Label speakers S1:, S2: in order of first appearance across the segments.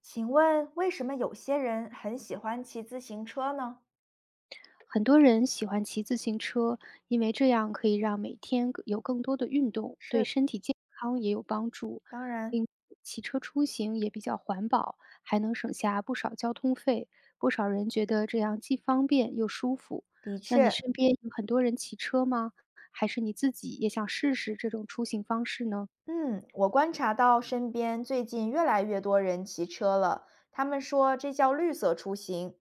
S1: 请问为什么有些人很喜欢骑自行车呢？
S2: 很多人喜欢骑自行车，因为这样可以让每天更有更多的运动，对
S1: 是，
S2: 身体健康也有帮助。
S1: 当然，
S2: 另，骑车出行也比较环保，还能省下不少交通费。不少人觉得这样既方便又舒服。
S1: 的
S2: 那你
S1: 确，
S2: 身边有很多人骑车吗？还是你自己也想试试这种出行方式呢？
S1: 嗯，我观察到身边最近越来越多人骑车了，他们说这叫绿色出行。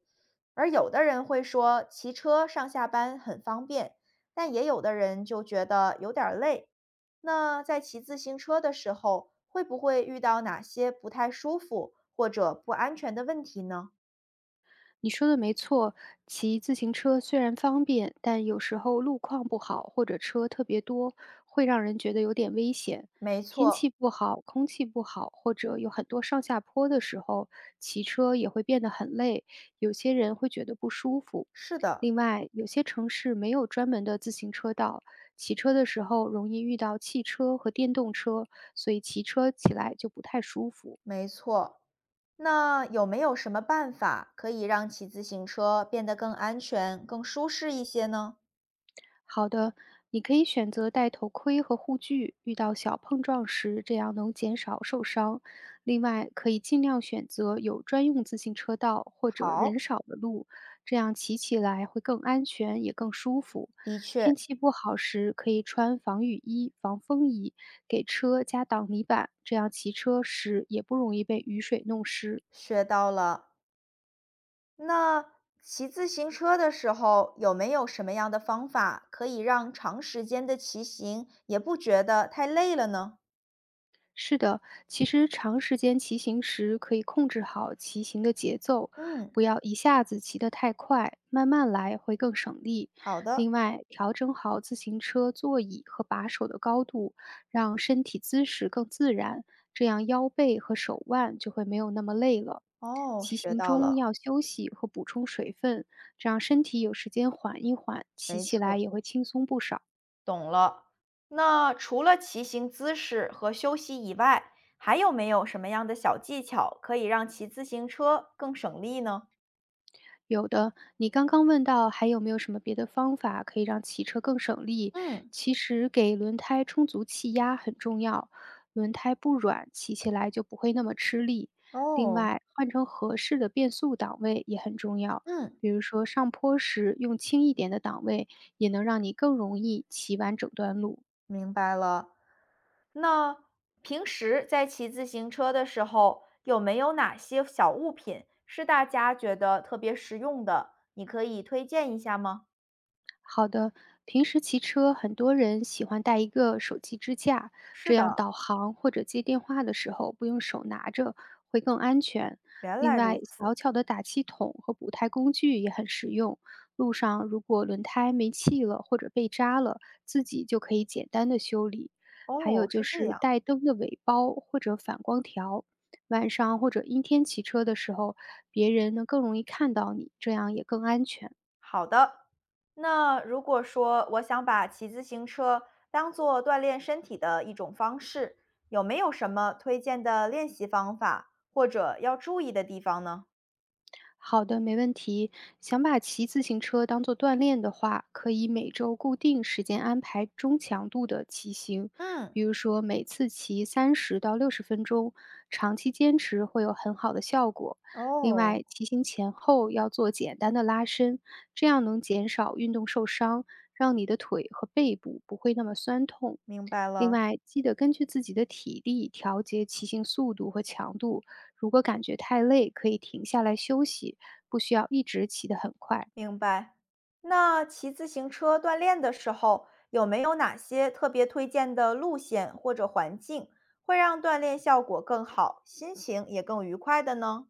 S1: 而有的人会说骑车上下班很方便，但也有的人就觉得有点儿累。那在骑自行车的时候，会不会遇到哪些不太舒服或者不安全的问题呢？
S2: 你说的没错，骑自行车虽然方便，但有时候路况不好或者车特别多，会让人觉得有点危险。
S1: 没
S2: 天
S1: 错，
S2: 气不好、空气不好，或者有很多上下坡的时候，骑车也会变得很累，有些人会觉得不舒服。
S1: 是的，
S2: 另外，有些城市没有专门的自行车道，骑车的时候容易遇到汽车和电动车，所以骑车起来就不太舒服。
S1: 没错。那有没有什么办法可以让骑自行车变得更安全、更舒适一些呢？
S2: 好的，你可以选择戴头盔和护具，遇到小碰撞时，这样能减少受伤。另外，可以尽量选择有专用自行车道或者
S1: 好，
S2: 人少的路，这样骑起来会更安全，也更舒服。
S1: 的确
S2: 天气不好时，可以穿防雨衣、防风衣，给车加挡泥板，这样骑车时也不容易被雨水弄湿。
S1: 学到了。那骑自行车的时候，有没有什么样的方法可以让长时间的骑行也不觉得太累了呢？
S2: 是的，其实长时间骑行时可以控制好骑行的节奏，
S1: 嗯，
S2: 不要一下子骑得太快，慢慢来会更省力。
S1: 好的。
S2: 另外，调整好自行车座椅和把手的高度，让身体姿势更自然，这样腰背和手腕就会没有那么累了。
S1: 哦，
S2: 骑
S1: 学
S2: 行
S1: 到
S2: 中
S1: 了，
S2: 要休息和补充水分，这样身体有时间缓一缓，骑
S1: 没
S2: 起来
S1: 错。
S2: 也会轻松不少。
S1: 懂了。那除了骑行姿势和休息以外，还有没有什么样的小技巧可以让骑自行车更省力呢？
S2: 有的，你刚刚问到还有没有什么别的方法可以让骑车更省力？
S1: 嗯，
S2: 其实给轮胎充足气压很重要，轮胎不软，骑起来就不会那么吃力。另
S1: 哦，
S2: 外，换成合适的变速档位也很重要，
S1: 嗯，
S2: 比如说上坡时用轻一点的档位，也能让你更容易骑完整段路。
S1: 明白了。那平时在骑自行车的时候，有没有哪些小物品是大家觉得特别实用的？你可以推荐一下吗？
S2: 好的，平时骑车，很多人喜欢带一个手机支架，
S1: 是
S2: 这样
S1: 的，
S2: 导航或者接电话的时候不用手拿着，会更安全。
S1: 原
S2: 另
S1: 来如
S2: 外，
S1: 此。
S2: 小巧的打气筒和补胎工具也很实用。路上如果轮胎没气了或者被扎了，自己就可以简单的修理。还有
S1: 哦，
S2: 就
S1: 是这
S2: 是
S1: 样。
S2: 带灯的尾包或者反光条，晚上或者阴天骑车的时候，别人能更容易看到你，这样也更安全。
S1: 好的，那如果说我想把骑自行车当做锻炼身体的一种方式，有没有什么推荐的练习方法或者要注意的地方呢？
S2: 好的，没问题。想把骑自行车当做锻炼的话，可以每周固定时间安排中强度的骑行，
S1: 嗯，
S2: 比如说每次骑30到60分钟，长期坚持会有很好的效果。另
S1: 哦，
S2: 外，骑行前后要做简单的拉伸，这样能减少运动受伤，让你的腿和背部不会那么酸痛。
S1: 明白
S2: 另
S1: 了，
S2: 外，记得根据自己的体力调节骑行速度和强度，如果感觉太累，可以停下来休息，不需要一直骑得很快。
S1: 明白。那骑自行车锻炼的时候，有没有哪些特别推荐的路线或者环境，会让锻炼效果更好，心情也更愉快的呢？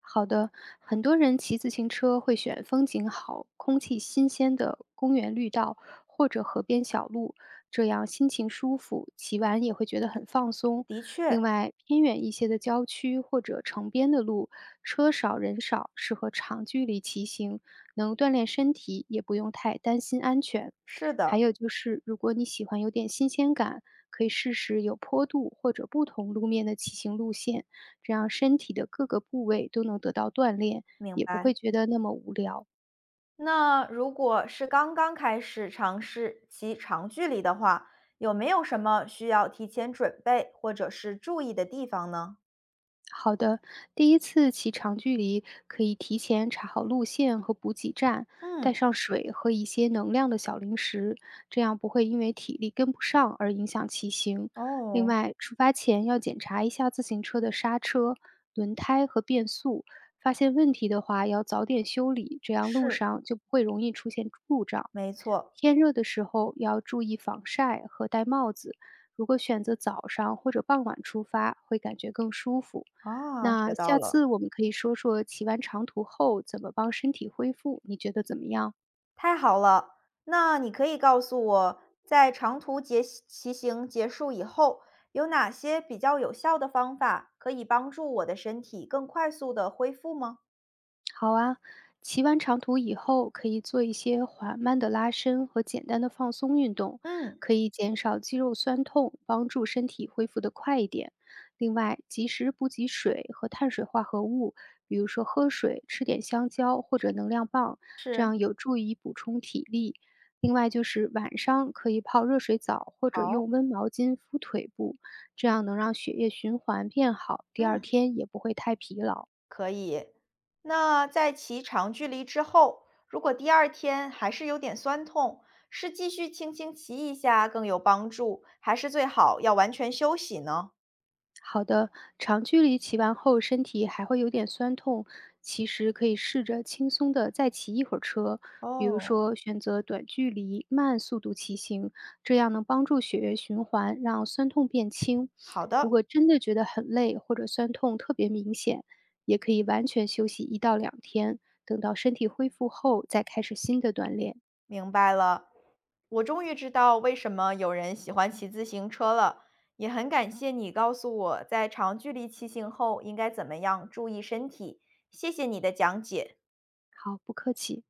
S2: 好的，很多人骑自行车会选风景好、空气新鲜的公园绿道或者河边小路，这样心情舒服，骑完也会觉得很放松。
S1: 的确，
S2: 另外，偏远一些的郊区或者城边的路，车少人少，适合长距离骑行，能锻炼身体，也不用太担心安全。
S1: 是
S2: 还
S1: 的，
S2: 有就是，如果你喜欢有点新鲜感，可以试试有坡度或者不同路面的骑行路线，这样身体的各个部位都能得到锻炼，
S1: 明
S2: 也不
S1: 白。
S2: 会觉得那么无聊。
S1: 那如果是刚刚开始尝试骑长距离的话，有没有什么需要提前准备或者是注意的地方呢？
S2: 好的，第一次骑长距离可以提前查好路线和补给站，带
S1: 嗯，
S2: 上水和一些能量的小零食，这样不会因为体力跟不上而影响骑行。另
S1: 哦，
S2: 外，出发前要检查一下自行车的刹车、轮胎和变速，发现问题的话要早点修理，这样路
S1: 是，
S2: 上就不会容易出现故障。
S1: 没错，
S2: 天热的时候要注意防晒和戴帽子。如果选择早上或者傍晚出发，会感觉更舒服。
S1: 啊，学
S2: 那
S1: 到
S2: 下
S1: 了，
S2: 次我们可以说说骑完长途后怎么帮身体恢复，你觉得怎么样？
S1: 太好了。那你可以告诉我，在长途结骑行结束以后，有哪些比较有效的方法可以帮助我的身体更快速的恢复吗？
S2: 好啊，骑完长途以后，可以做一些缓慢的拉伸和简单的放松运动，
S1: 嗯，
S2: 可以减少肌肉酸痛，帮助身体恢复得快一点。另外，及时补给水和碳水化合物，比如说喝水、吃点香蕉或者能量棒，这
S1: 是，
S2: 样有助于补充体力。另外就是晚上可以泡热水澡或者
S1: 好，
S2: 用温毛巾敷腿部，这样能让血液循环变好，第二
S1: 嗯。
S2: 天也不会太疲劳。
S1: 可以。那在骑长距离之后，如果第二天还是有点酸痛，是继续轻轻骑一下更有帮助，还是最好要完全休息呢？
S2: 好的，长距离骑完后身体还会有点酸痛，其实可以试着轻松的再骑一会儿车，比如
S1: 哦，
S2: 说选择短距离慢速度骑行，这样能帮助血液循环，让酸痛变轻。
S1: 好
S2: 如
S1: 的，
S2: 果真的觉得很累或者酸痛特别明显，也可以完全休息1到2天，等到身体恢复后再开始新的锻炼。
S1: 明白了。我终于知道为什么有人喜欢骑自行车了，也很感谢你告诉我在长距离骑行后应该怎么样注意身体，谢谢你的讲解。
S2: 好，不客气。